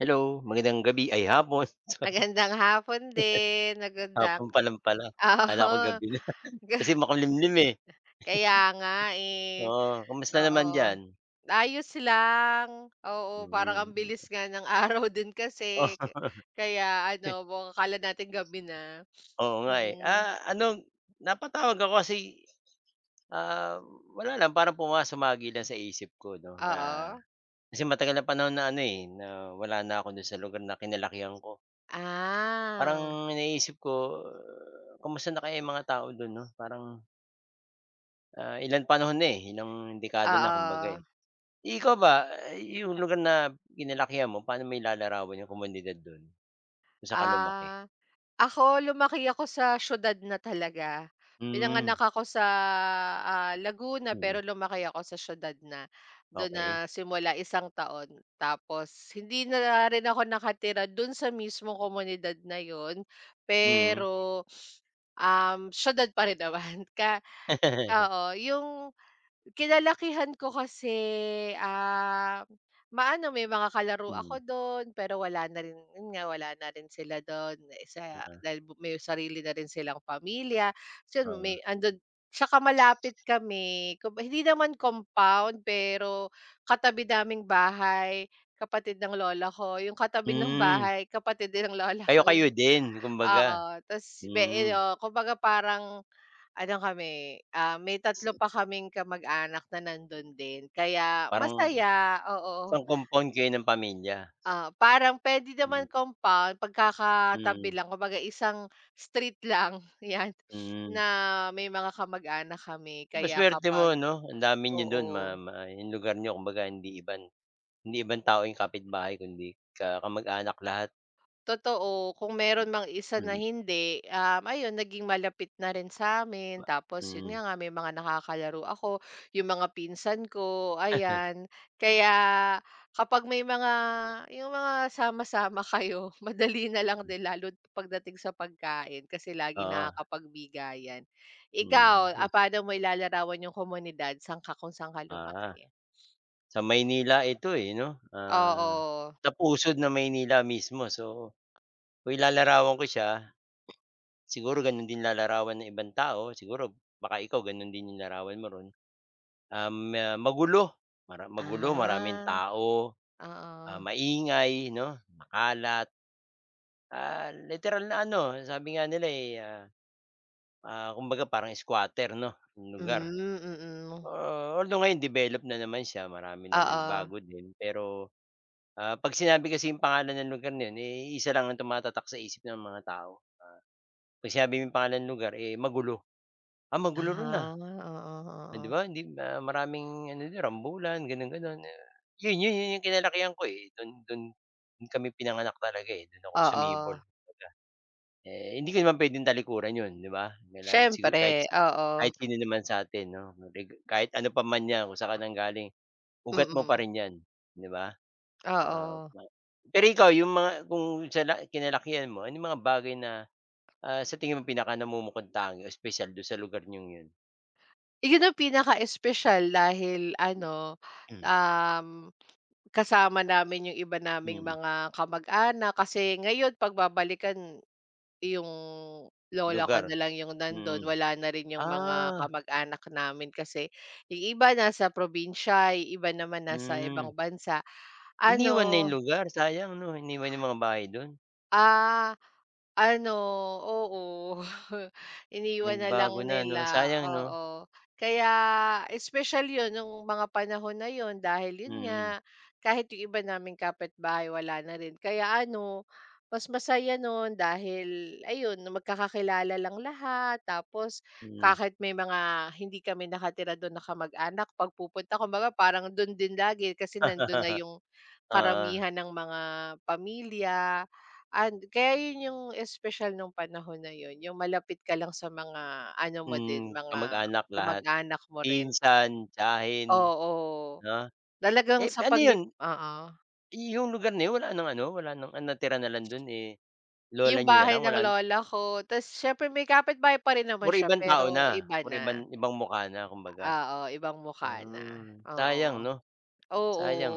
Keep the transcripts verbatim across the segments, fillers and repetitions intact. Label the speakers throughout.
Speaker 1: Hello, magandang gabi, ay hapon.
Speaker 2: Magandang hapon din, magandang
Speaker 1: Hapon pa lang pala,
Speaker 2: oo,
Speaker 1: akala ko gabi na
Speaker 2: ga
Speaker 1: kasi makulimlim, eh.
Speaker 2: kaya nga, eh,
Speaker 1: Oo, kamusta naman
Speaker 2: oo.
Speaker 1: diyan?
Speaker 2: Ayos lang, oo, parang
Speaker 1: Mm.
Speaker 2: ang bilis nga ng araw din kasi ka
Speaker 1: Oo.
Speaker 2: kaya ano, mukhang akala natin gabi na.
Speaker 1: Nga, eh.
Speaker 2: Mm,
Speaker 1: Ah, ano, napatawag ako kasi, ah, wala lang, parang pumasumagi lang sa isip ko 'no, na
Speaker 2: oo.
Speaker 1: kasi matagal ng panahon na ano, eh, na wala na ako dun sa lugar na kinalakihan ko.
Speaker 2: Ah,
Speaker 1: Parang naisip ko, ah, kamusta na kaya yung mga tao dun 'no? Parang, ah, ilang panahon na, eh, ilang dekada na kumbaga,
Speaker 2: oo.
Speaker 1: eh. Ikaw ba, ah, yung lugar na kinalakihan mo, paano mo ilalarawan yung komunidad dun, kung saan ka lumaki?
Speaker 2: Ah. Ako, lumaki ako sa siyudad na talaga. Pinanganak
Speaker 1: Hmm,
Speaker 2: ako sa, ah, Laguna, pero
Speaker 1: mm,
Speaker 2: lumaki ako sa siyudad na. Doon
Speaker 1: okey,
Speaker 2: na simula isang taon, tapos hindi na rin ako nakatira do'n sa mismong komunidad na yon,
Speaker 1: mm.
Speaker 2: pero, um, siyudad pa rin naman ka oo, yung kinalakihan ko kasi, ah, maano may mga kalaro
Speaker 1: Hmm,
Speaker 2: ako don pero wala na rin, yun nga, wala na rin sila don sa
Speaker 1: oo,
Speaker 2: dahil bu may sarili na rin silang pamilya. So yun,
Speaker 1: oo.
Speaker 2: may andun tsaka malapit kami, kumba hindi naman compound, pero katabi naming bahay, kapatid ng lola ko, yung katabi ng
Speaker 1: Hmm,
Speaker 2: bahay, kapatid din ng lola ko
Speaker 1: kayo-kayo
Speaker 2: yung
Speaker 1: din kumbaga?
Speaker 2: oo, ta's may
Speaker 1: Hmm,
Speaker 2: ano, kumbaga parang ano kami, ah, may tatlo pa kaming kamag-anak na nandun din, kaya
Speaker 1: parang
Speaker 2: masaya, oo.
Speaker 1: isang compound kayo ng pamilya?
Speaker 2: Ah, parang puwede
Speaker 1: Hmm,
Speaker 2: naman compound, pagkakatabi
Speaker 1: mm,
Speaker 2: lang, kumbaga isang street lang 'yan na
Speaker 1: mm.
Speaker 2: may mga kamag-anak kami, kaya
Speaker 1: Napakasuwerte mo
Speaker 2: kapag
Speaker 1: 'no, ang dami niyo dun ma
Speaker 2: oo.
Speaker 1: ma yung lugar niyo kumbaga hindi iban. Hindi ibang tao yung kapitbahay kundi ka kamag-anak lahat.
Speaker 2: Totoo, kung meron mang isa na
Speaker 1: Mm,
Speaker 2: hindi, um, ayun naging malapit na rin sa'min, tapos yun
Speaker 1: mm.
Speaker 2: nga nga may mga nakakalaro ako, yung mga pinsan ko, ayan. Kaya kapag may mga yung mga sama-sama kayo madali na lang din lalo't pagdating sa pagkain, kasi laging
Speaker 1: Oo.
Speaker 2: nakakapagbigayan.
Speaker 1: Mhm,
Speaker 2: Ikaw, ah, paano mo ilalarawan yung komunidad, saan ka kung saan ka
Speaker 1: ah,
Speaker 2: lumaki?
Speaker 1: sa Maynila ito, eh, 'no, ah,
Speaker 2: Oo.
Speaker 1: sa pusod ng Maynila mismo. So, kung ilalarawan ko siya, siguro gano'n din lalarawan ng ibang tao, siguro baka ikaw gano'n din yung larawan mo ro'n. Um, ah, magulo, mara magulo, maraming
Speaker 2: Ah,
Speaker 1: tao, ah,
Speaker 2: oo.
Speaker 1: maingay 'no, makalat, ah, literal na ano, sabi nga nila, eh, ah, ah, kumbaga parang squatter 'no, yung
Speaker 2: Hmm,
Speaker 1: lugar.
Speaker 2: mm. Mm.
Speaker 1: Ah, although ngayon develop na naman siya, marami na
Speaker 2: Oo.
Speaker 1: nagbago din, pero ah, 'pag sinabi kasi yung pangalan ng lugar na yun, eh, isa lang ang tumatatak sa isip ng mga tao. Ah, 'pag sinabi mo yung pangalan ng lugar, eh, magulo. "Ah, magulo ro'n,
Speaker 2: Ah,
Speaker 1: ah."
Speaker 2: oo,
Speaker 1: Oh, 'di
Speaker 2: oo.
Speaker 1: ba? Hindi ma maraming ano do'n, rambulan, gano'n, gano'n. Ah, yun yun yun yung kinalakihan ko, eh. Do'n do'n do'n kami pinanganak talaga, eh. Do'n ako
Speaker 2: Oo,
Speaker 1: sumibol kumbaga. Eh, hindi ko naman puwedeng talikuran yun, 'di ba? Kailangan siguro
Speaker 2: siyempre,
Speaker 1: kahit
Speaker 2: oo.
Speaker 1: kahit sino naman sa'tin 'no, reg kahit ano pa man 'yan, kung saan ka nanggaling, ugat mo pa
Speaker 2: Mm,
Speaker 1: rin 'yan, 'di ba? Ah,
Speaker 2: oo.
Speaker 1: ma pero ikaw yung mga kung sa la kinalakihan mo, anong mga bagay na, ah, sa tingin mo pinakanamumukontangi o espesyal dun sa lugar niyong yun?
Speaker 2: Iyon ang pinaka-espesyal dahil ano,
Speaker 1: Hmm.
Speaker 2: um, kasama namin yung iba naming
Speaker 1: Mm,
Speaker 2: mga kamag-anak, kasi ngayon pagbabalikan yung lola ko na
Speaker 1: lugar,
Speaker 2: lang yung nandun,
Speaker 1: mm.
Speaker 2: wala na rin yung mga
Speaker 1: Ah,
Speaker 2: kamag-anak namin kasi yung iba nasa probinsya, yung iba naman nasa ibang
Speaker 1: mm.
Speaker 2: bansa.
Speaker 1: Iniwan na
Speaker 2: Ano,
Speaker 1: yung lugar, sayang 'no, iniwan yung mga bahay dun.
Speaker 2: ah ano, oo. Iniwan na
Speaker 1: Nagbago
Speaker 2: lang
Speaker 1: na 'no,
Speaker 2: nila,
Speaker 1: sayang 'no?
Speaker 2: oo. Kaya espesyal 'yun nung mga panahon na 'yun, dahil 'yun
Speaker 1: Mm,
Speaker 2: nga, kahit yung iba naming kapitbahay wala na rin. Kaya ano, mas masaya nun dahil ayun magkakakilala lang lahat, tapos
Speaker 1: mm.
Speaker 2: kahit may mga hindi kami nakatira dun na kamag-anak, 'pag pupunta kumbaga parang dun din lagi kasi nandun na yung
Speaker 1: Oo,
Speaker 2: karamihan ng mga pamilya. And kaya yun yung espesyal nung panahon na yun, yung malapit ka lang sa mga ano mo din,
Speaker 1: mm,
Speaker 2: mga
Speaker 1: kamag-anak lahat,
Speaker 2: kamag-anak mo rin.
Speaker 1: pinsan, tiyahin
Speaker 2: Oo,
Speaker 1: 'no?
Speaker 2: talagang
Speaker 1: Eh,
Speaker 2: sa
Speaker 1: ano
Speaker 2: paglip
Speaker 1: yun,
Speaker 2: oo,
Speaker 1: yung lugar na yun wala ng ano, wala ng ang natira na lang dun, eh, lola
Speaker 2: yung
Speaker 1: niyo na
Speaker 2: bahay
Speaker 1: lang
Speaker 2: ng
Speaker 1: wala na,
Speaker 2: lola ko ta's siyempre may kapitbahay pa rin naman
Speaker 1: puro
Speaker 2: siya,
Speaker 1: ibang
Speaker 2: pero
Speaker 1: tao na,
Speaker 2: iba
Speaker 1: puro
Speaker 2: na.
Speaker 1: ibang ibang mukha na kumbaga.
Speaker 2: Oo, ibang mukha na,
Speaker 1: Ah,
Speaker 2: oo.
Speaker 1: sayang 'no,
Speaker 2: Oo.
Speaker 1: sayang.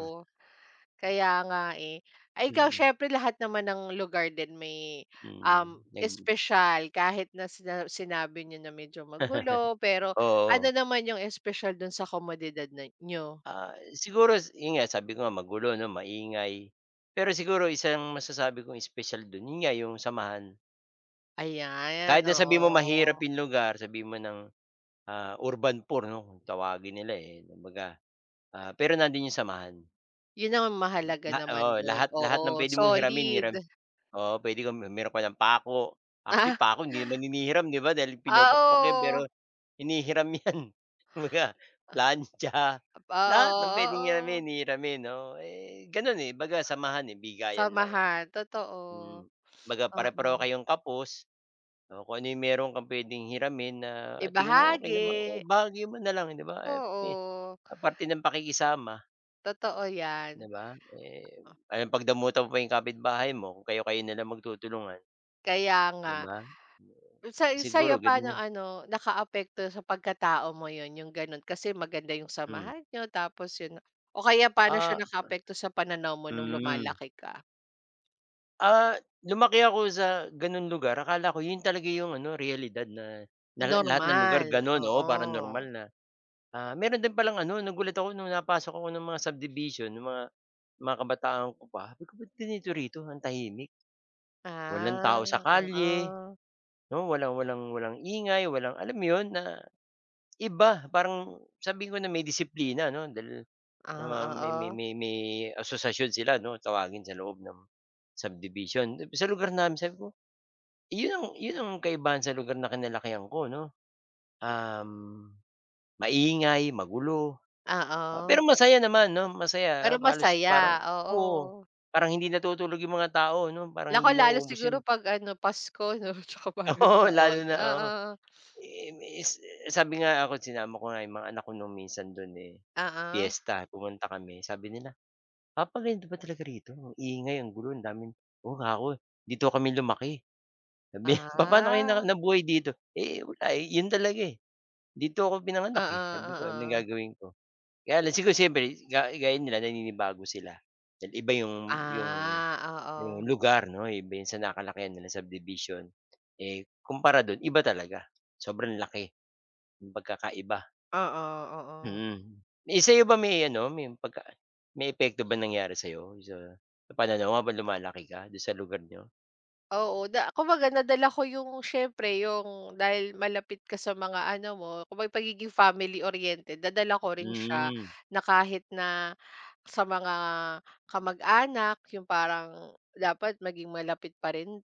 Speaker 2: Kaya nga, eh. Ay, ikaw
Speaker 1: Mm,
Speaker 2: siyempre lahat naman ng lugar din may,
Speaker 1: mm,
Speaker 2: um,
Speaker 1: nag
Speaker 2: espesyal, kahit na sina sinabi niyo na medyo magulo, pero ano
Speaker 1: oo.
Speaker 2: naman yung espesyal dun sa komodidad na niyo?
Speaker 1: Ah, siguro yun nga sabi ko nga magulo 'no, maingay. Pero siguro isang masasabi kong espesyal dun, yun nga yung samahan.
Speaker 2: Ayan,
Speaker 1: Kahit na sabihin mo mahirap
Speaker 2: oo.
Speaker 1: yung lugar, sabihin mo ng, ah, urban poor 'no, kung tawagin nila, eh, kumbaga, ah, pero nandun yung samahan.
Speaker 2: Yun ang mahalaga
Speaker 1: La
Speaker 2: naman
Speaker 1: oo,
Speaker 2: dun,
Speaker 1: lahat
Speaker 2: oo,
Speaker 1: lahat ng puwede mong hiramin
Speaker 2: solid.
Speaker 1: hiram oo, puwede kang meron ka ng pako. Actually,
Speaker 2: Ah,
Speaker 1: pako hindi naman hinihiram 'di ba dahil pinupukpok yan
Speaker 2: oo.
Speaker 1: pero hinihiram yan. Kumbaga
Speaker 2: Ah,
Speaker 1: plantsa, lahat
Speaker 2: oo,
Speaker 1: ng puwedeng hiramin
Speaker 2: oo.
Speaker 1: hihiramin, oo. Eh, gano'n, eh, baga samahan, eh, bigayan lang, eh,
Speaker 2: Samahan, totoo.
Speaker 1: mm. Kumbaga pare-pareho
Speaker 2: Oo,
Speaker 1: kayong kapos, oo, kung ano yung meron kang puwedeng hiramin na tingin mo okey
Speaker 2: ibahagi,
Speaker 1: naman, o bahagi mo na lang 'di ba, eh, eh,
Speaker 2: oo,
Speaker 1: parte ng pakikisama.
Speaker 2: totoo
Speaker 1: 'Di
Speaker 2: yan.
Speaker 1: ba? Eh, ayun pagdamutan mo pa yung kapitbahay mo kung kayo-kayo na lang magtutulungan,
Speaker 2: Kaya nga.
Speaker 1: 'di ba?
Speaker 2: Sa
Speaker 1: Siguro
Speaker 2: sa'yo
Speaker 1: gano'n
Speaker 2: paano
Speaker 1: na,
Speaker 2: ano, nakaapekto sa pagkatao mo yun, yung ganon. Kasi maganda yung
Speaker 1: hmm.
Speaker 2: samahan niyo tapos yun, o kaya paano siya
Speaker 1: Ah,
Speaker 2: nakaapekto sa pananaw mo nung
Speaker 1: hmm.
Speaker 2: lumalaki ka?
Speaker 1: Ah, lumaki ako sa gano'ng lugar, akala ko 'yun talaga yung ano, realidad na na la lahat ng lugar
Speaker 2: Normal,
Speaker 1: gano'n, oo, parang normal
Speaker 2: oo.
Speaker 1: na. Ah, meron din palang ano, nagulat ako nung napasok ako ng mga subdivision ng mga mga kabataan ko pa, sabi ko ba't ganito rito ang tahimik? Walang
Speaker 2: Ah,
Speaker 1: tao sa kalye,
Speaker 2: oo.
Speaker 1: 'no, walang walang walang ingay, walang alam mo 'yun na iba, parang sabihin ko na may disiplina 'no, dahil,
Speaker 2: Ah,
Speaker 1: ah, may may
Speaker 2: oo.
Speaker 1: may may asosasyon sila 'no, tawagin sa loob ng subdivision. Sa lugar namin sabi ko, yun ang yun ang kaibahan sa lugar na kinalakihan ko 'no, um, maingay, magulo, ah, pero
Speaker 2: Oo.
Speaker 1: masaya naman 'no,
Speaker 2: Pero
Speaker 1: masaya ah, halos parang
Speaker 2: masaya,
Speaker 1: oo,
Speaker 2: oo.
Speaker 1: parang hindi natutulog yung mga tao 'no, parang
Speaker 2: Nako,
Speaker 1: hindi
Speaker 2: lalo
Speaker 1: nauubos
Speaker 2: siguro
Speaker 1: yung
Speaker 2: 'pag ano, Pasko 'no, tsaka Bagong
Speaker 1: oo, lalo
Speaker 2: Taon,
Speaker 1: na oo.
Speaker 2: oo.
Speaker 1: Eh, is sabi nga ako sinama ko nga yung mga anak ko nung minsan dun, eh,
Speaker 2: Oo.
Speaker 1: piyesta pumunta kami sabi nila, papa "Papaganda ba talaga rito ang ingay, ang gulo, ang daming." "Oo nga ako, dito kami lumaki." Sabi niya, "Papaano kayo na
Speaker 2: Ah,
Speaker 1: nabuhay dito?" "Eh, wala, eh, yun talaga, eh, dito ako pinanganak, eh."
Speaker 2: oo,
Speaker 1: Sabi ko, "Anong
Speaker 2: oo.
Speaker 1: gagawin ko?" Kaya lang siguro siyempre ga gaya nila naninibago sila, dahil iba yung yung
Speaker 2: Ah, oo.
Speaker 1: yung lugar 'no, iba yung sa nakalakihan nila, subdivision, eh, kumpara dun iba talaga, sobrang laki ng pagkakaiba.
Speaker 2: Oo, oo.
Speaker 1: Mm. Eh, sa'yo ba may ano, may pagka may epekto ba nangyari sa'yo sa sa pananaw habang lumalaki ka do'n sa lugar niyo?
Speaker 2: Oo, na kumbaga nadala ko yung, siyempre yung, dahil malapit ka sa mga ano mo, kumbaga pagiging family oriented nadala ko rin siya
Speaker 1: Mm,
Speaker 2: na kahit na sa mga kamag-anak, yung parang dapat maging malapit pa rin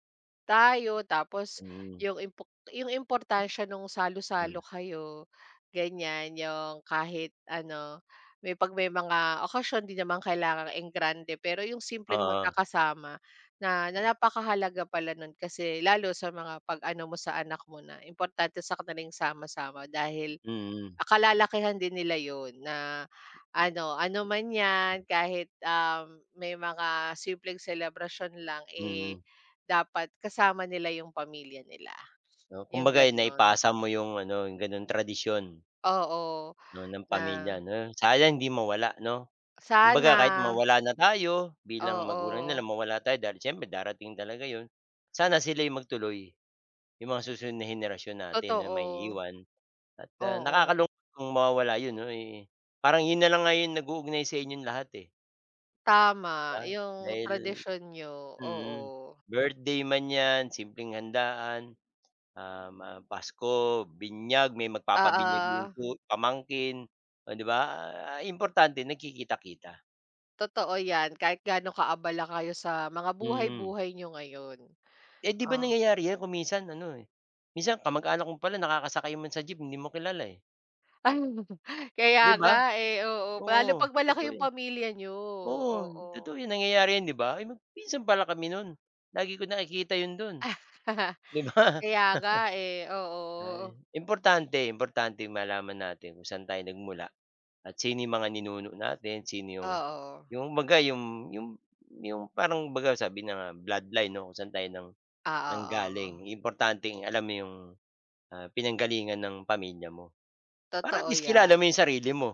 Speaker 2: tayo, tapos
Speaker 1: mm,
Speaker 2: yung impok, yung importansya nung
Speaker 1: hmm,
Speaker 2: salo-salo kayo, ganyan. Yung kahit ano, may 'pag may mga okasyon di naman kailangang engrande, pero yung simpleng
Speaker 1: oo,
Speaker 2: magkakasama na, na napakahalaga pala nun kasi lalo sa mga 'pag ano mo sa anak mo na importante sa kanilang sama-sama, dahil
Speaker 1: mm,
Speaker 2: akalalakihan din nila yun na ano, ano man yan, kahit, um, may mga simpleng celebration lang, eh,
Speaker 1: mm.
Speaker 2: dapat kasama nila yung pamilya nila,
Speaker 1: Oh,
Speaker 2: yung
Speaker 1: kumbaga
Speaker 2: gano'n.
Speaker 1: naipasa mo yung ano, yung gano'ng tradisyon
Speaker 2: Oo,
Speaker 1: 'no, ng
Speaker 2: na
Speaker 1: pamilya 'no, sana hindi mawala 'no. Kumbaga kahit
Speaker 2: sana,
Speaker 1: mawala na tayo bilang magulang
Speaker 2: oo,
Speaker 1: nila, mawala tayo dahil siyempre darating talaga 'yun. Sana sila yung magtuloy, yung mga susunod na henerasyon natin na
Speaker 2: totoo,
Speaker 1: maiiwan. At, ah,
Speaker 2: oo,
Speaker 1: nakakalungkot kung mawawala yun 'no, eh, parang yun na lang nga yung nag-uugnay sa inyong lahat, eh,
Speaker 2: tama
Speaker 1: 'di ba?
Speaker 2: yung
Speaker 1: Dahil
Speaker 2: tradisyon niyo, oo.
Speaker 1: mm, birthday man 'yan, simpleng handaan, um, ah, pasko, binyag, may
Speaker 2: Ah.
Speaker 1: magpapabinyag
Speaker 2: Ah,
Speaker 1: yung pu pamangkin, oh, 'di ba? Ah, importante nagkikita-kita,
Speaker 2: totoo yan, kahit gaano kaabala kayo sa mga
Speaker 1: mm.
Speaker 2: buhay-buhay niyo ngayon.
Speaker 1: Eh, 'di ba
Speaker 2: Ah.
Speaker 1: nangyayari 'yan kung minsan ano, eh, minsan kamag-anak mo pala nakakasakay man sa jeep hindi mo kilala, eh,
Speaker 2: Ay, kaya
Speaker 1: 'di ba?
Speaker 2: nga, eh, oo. Lalo
Speaker 1: Oo,
Speaker 2: 'pag malaki
Speaker 1: totoo
Speaker 2: yung
Speaker 1: 'yan.
Speaker 2: pamilya niyo,
Speaker 1: Oo,
Speaker 2: oo.
Speaker 1: totoo yun nangyayari yun 'di ba? Ay mag pinsan pala kami nun, lagi ko nakikita yun dun, 'di ba?
Speaker 2: Kaya nga, eh, oo.
Speaker 1: Ay, importante importante malaman natin kung saan tayo nagmula at sino yung mga ninuno natin, sino yung
Speaker 2: Oo.
Speaker 1: yung kumbaga yung yung yung parang kumbaga sabi na nga bloodline 'no, kung saan tayo nang
Speaker 2: Ah,
Speaker 1: nanggaling.
Speaker 2: oo.
Speaker 1: Importanteng alam mo yung, ah, pinanggalingan ng pamilya mo, para at
Speaker 2: Totoo
Speaker 1: least kilala
Speaker 2: 'yan.
Speaker 1: mo yung sarili mo.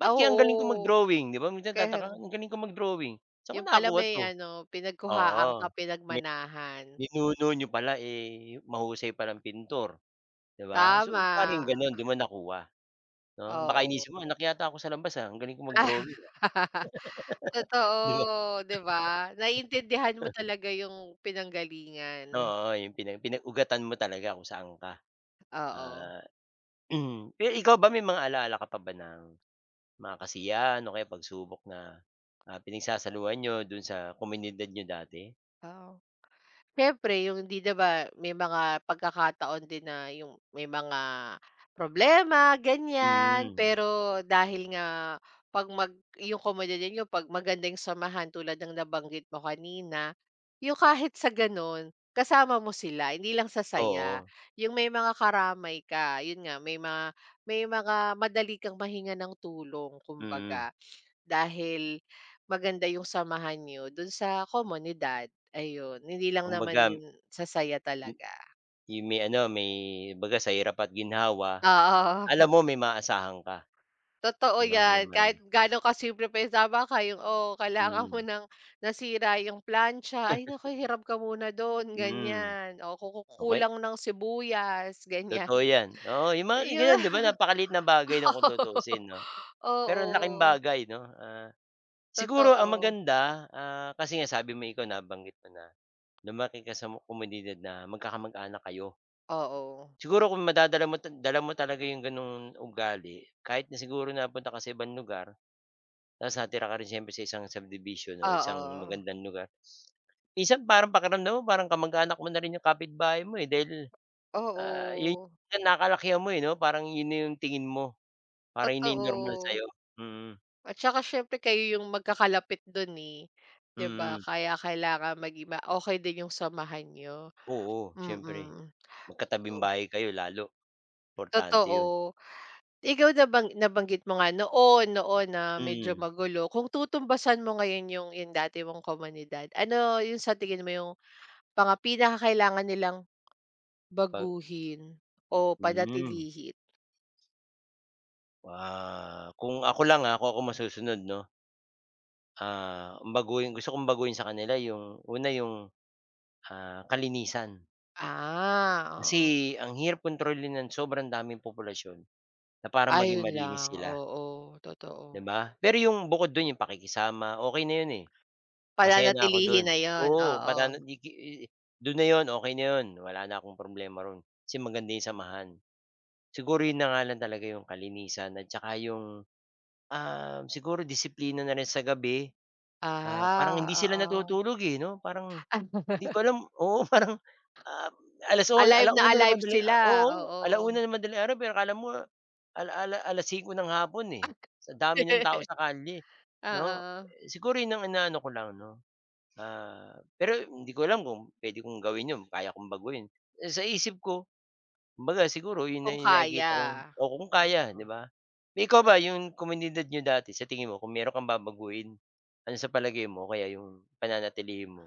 Speaker 2: Ah,
Speaker 1: "Ba't kaya ang galing ko
Speaker 2: oo.
Speaker 1: mag-drawing?" 'Di ba minsan
Speaker 2: Kaya
Speaker 1: tataka, "Ang galing ko mag-drawing, saan ko
Speaker 2: yun pala
Speaker 1: nakakuha
Speaker 2: may
Speaker 1: 'to?"
Speaker 2: ano, pinagkuhaan ka,
Speaker 1: Oo.
Speaker 2: pinagmanahan.
Speaker 1: Ninuno niyo pala, eh, mahusay palang pintor, 'di ba? So,
Speaker 2: Tama,
Speaker 1: maaaring gano'n do'n mo nakuha, 'no? Baka
Speaker 2: oo.
Speaker 1: iniisip mo, "Anak yata ako sa labas, ah, ang galing ko
Speaker 2: Ah,
Speaker 1: mag-drawing, ah." 'Di ba?
Speaker 2: totoo, 'di ba? Naiintindihan mo talaga yung pinanggalingan.
Speaker 1: Oo, yung pinag pinag-ugatan mo talaga kung saan ka.
Speaker 2: Oo,
Speaker 1: Ah, pero ikaw ba may mga ala-ala ka pa ba ng mga kasiyahan o kaya pagsubok na, ah, pinagsasaluhan niyo do'n sa komunidad niyo dati?
Speaker 2: oo. Siyempre yung hindi, 'di ba may mga pagkakataon din na yung may mga problema ganyan,
Speaker 1: Mm,
Speaker 2: pero dahil nga 'pag mag yung komunidad niyo 'pag maganda yung samahan tulad ng nabanggit mo kanina, yung kahit sa gano'n kasama mo sila hindi lang sa saya,
Speaker 1: oo,
Speaker 2: yung may mga karamay ka, yun nga may mga may mga madali kang mahinga ng tulong,
Speaker 1: mm.
Speaker 2: kumbaga. Dahil maganda yung samahan niyo dun sa komunidad, ayun. Hindi lang naman
Speaker 1: Kumbaga,
Speaker 2: yun sa saya
Speaker 1: m
Speaker 2: talaga.
Speaker 1: yung may ano, may 'baga sa hirap at ginhawa,
Speaker 2: Oo,
Speaker 1: alam mo may maaasahan ka.
Speaker 2: totoo
Speaker 1: Oo
Speaker 2: yan.
Speaker 1: naman,
Speaker 2: Kahit gaano kasimple pa yung, tama ka yung, "Oh, kailangan mo
Speaker 1: hmm,
Speaker 2: ng nasira yung plancha, ay naku, hirap ka muna dun."
Speaker 1: mm,
Speaker 2: Ganyan. O ku
Speaker 1: okey,
Speaker 2: kulang ng sibuyas, ganyan.
Speaker 1: totoo yan, oo yung mga
Speaker 2: Yung
Speaker 1: ganyan 'di ba napakaliit na bagay na kung tutuusin 'no, pero ang laking
Speaker 2: oo,
Speaker 1: bagay 'no, ah, siguro ang
Speaker 2: totoo.
Speaker 1: maganda, ah, kasi nga sabi mo ikaw nabanggit mo na lumaki ka sa mo komunidad na magkakamag-anak kayo.
Speaker 2: Oo,
Speaker 1: Siguro kung madadala mo, dala mo talaga yung ganong ugali kahit na siguro napunta ka sa ibang lugar, tapos natira ka rin siyempre sa isang subdivision o isang
Speaker 2: oo,
Speaker 1: magandang lugar, minsan parang pakiramdam mo parang kamag-anak mo na rin yung kapitbahay mo, eh, dahil ah, yun
Speaker 2: oo,
Speaker 1: yung nakalakihan mo, eh, 'no? Parang yun na yung tingin mo, parang yun na yung normal
Speaker 2: totoo.
Speaker 1: sa'yo. Mm,
Speaker 2: At saka siyempre kayo yung magkakalapit dun, eh, 'di ba?
Speaker 1: mm.
Speaker 2: Kaya kailangan maging ma okay din yung samahan niyo,
Speaker 1: Oo, siyempre
Speaker 2: mm.
Speaker 1: magkatabing
Speaker 2: Mm,
Speaker 1: bahay kayo lalo, importante yun.
Speaker 2: totoo. Ikaw nabang nabanggit mo nga noon noon na medyo
Speaker 1: Mm,
Speaker 2: magulo, kung tutumbasan mo ngayon yung yung dati mong komunidad, ano yung sa tingin mo yung mga pinakakailangan nilang
Speaker 1: pag
Speaker 2: baguhin o
Speaker 1: hmm.
Speaker 2: padatilihin.
Speaker 1: Ah, kung ako lang, ah, kung ako masusunod 'no, ah, baguhin, gusto kong baguhin sa kanila yung una yung, ah, kalinisan. Kasi
Speaker 2: Ah, oo.
Speaker 1: ang hirap kontrolin ng sobrang daming populasyon na para
Speaker 2: Ah,
Speaker 1: maging
Speaker 2: yun
Speaker 1: malinis
Speaker 2: lang,
Speaker 1: sila,
Speaker 2: oo, totoo.
Speaker 1: 'di ba? Pero yung bukod dun yung pakikisama, okey na yun, eh. Masaya na ako
Speaker 2: Pananatilihin
Speaker 1: don.
Speaker 2: na yon,
Speaker 1: Oo,
Speaker 2: oo.
Speaker 1: wala na, di ki i dun na yon, okey na yon, wala na akong problema ro'n, kasi maganda yung samahan. Siguro yun na nga lang talaga yung kalinisan at saka yung, um, siguro disiplina na rin sa gabi. Ah, parang hindi
Speaker 2: Ah,
Speaker 1: sila
Speaker 2: oo.
Speaker 1: natutulog, eh, 'no? Parang di ko alam, oo, parang, ah, alas on
Speaker 2: Alive na
Speaker 1: ala-una ng
Speaker 2: alive
Speaker 1: madaling
Speaker 2: sila,
Speaker 1: ah, oo,
Speaker 2: oo.
Speaker 1: ala-una ng madaling araw pero akala mo ala ala alas-singko ng hapon, eh. Sa dami ng tao sa kalye, 'no?
Speaker 2: Oo,
Speaker 1: Siguro yun ang inaano ko lang, 'no? Ah, pero hindi ko alam kung puwede kong gawin 'yun, kaya kong baguhin. Eh, sa isip ko, kumbaga siguro 'yun na
Speaker 2: kung
Speaker 1: 'yung nakikita
Speaker 2: kaya.
Speaker 1: kong o kung kaya,
Speaker 2: Oo.
Speaker 1: 'di ba? Eh, ikaw ba 'yung komunidad niyo dati sa tingin mo kung meron kang babaguhin, ano sa palagay mo o kaya 'yung pananatilihin mo?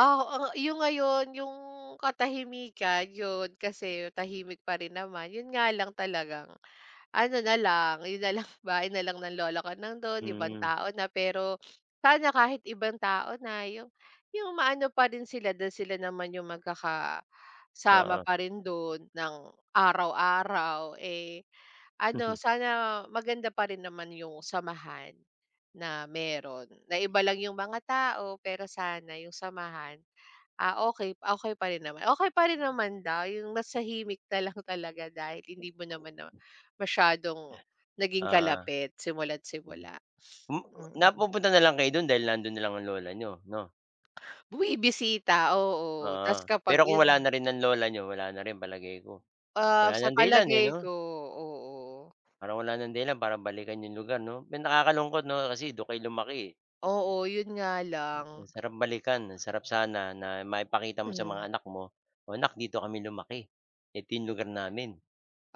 Speaker 2: Oo, yung ngayon, yung katahimikan, yun, kasi tahimik pa rin naman, yun nga lang talagang ano na lang, yun na lang, bahay na lang ng lola ko nandun, ibang
Speaker 1: Mm,
Speaker 2: tao na. Pero sana kahit ibang tao na, yung yung maano pa rin sila dahil sila naman yung magkakasama
Speaker 1: oo.
Speaker 2: pa rin dun ng araw-araw. Eh, ano, sana maganda pa rin naman yung samahan na meron, na iba lang yung mga tao, pero sana yung samahan, ah, okay, okay pa rin naman. Okay pa rin naman daw, yung masahimik na lang talaga dahil hindi mo naman na masyadong naging
Speaker 1: Oo,
Speaker 2: kalapit simula't
Speaker 1: hmm.
Speaker 2: simula.
Speaker 1: Hmm,
Speaker 2: Mm.
Speaker 1: napupunta na lang kayo do'n dahil nando'n na lang ang lola niyo, 'no?
Speaker 2: Bumibisita, oo. Ta's
Speaker 1: Oo,
Speaker 2: kapag
Speaker 1: pero kung
Speaker 2: yun,
Speaker 1: wala na rin ang lola niyo, wala na rin palagay ko.
Speaker 2: ah,
Speaker 1: Wala
Speaker 2: sa
Speaker 1: ng dahilan, eh,
Speaker 2: palagay
Speaker 1: 'no?
Speaker 2: ko, oo.
Speaker 1: Parang wala ng dahilan para balikan yung lugar 'no? Pero nakakalungkot 'no, kasi dun kayo lumaki, eh.
Speaker 2: Oo, yun nga lang.
Speaker 1: Ang sarap balikan, ang sarap sana na maipakita mo sa
Speaker 2: Hmm,
Speaker 1: mga anak mo, "O anak, dito kami lumaki. Ito yung lugar namin."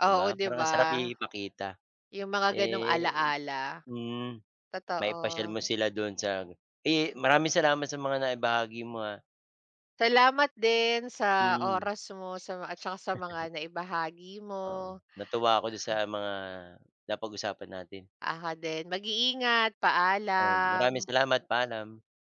Speaker 1: 'Di
Speaker 2: oo,
Speaker 1: ba?
Speaker 2: 'di
Speaker 1: Parang
Speaker 2: ba?
Speaker 1: ang sarap ipakita.
Speaker 2: Yung mga gano'ng
Speaker 1: Eh,
Speaker 2: ala-ala,
Speaker 1: mm,
Speaker 2: totoo.
Speaker 1: maipasyal mo sila dun sa eh, maraming salamat sa mga naibahagi mo, ah.
Speaker 2: Salamat din sa
Speaker 1: Mm,
Speaker 2: oras mo sa at saka sa mga naibahagi mo.
Speaker 1: oo. Natuwa ako dun sa mga napag-usapan natin.
Speaker 2: Aha, din. Mag-iingat,
Speaker 1: Um, maraming
Speaker 2: paalam.
Speaker 1: salamat. Paalam.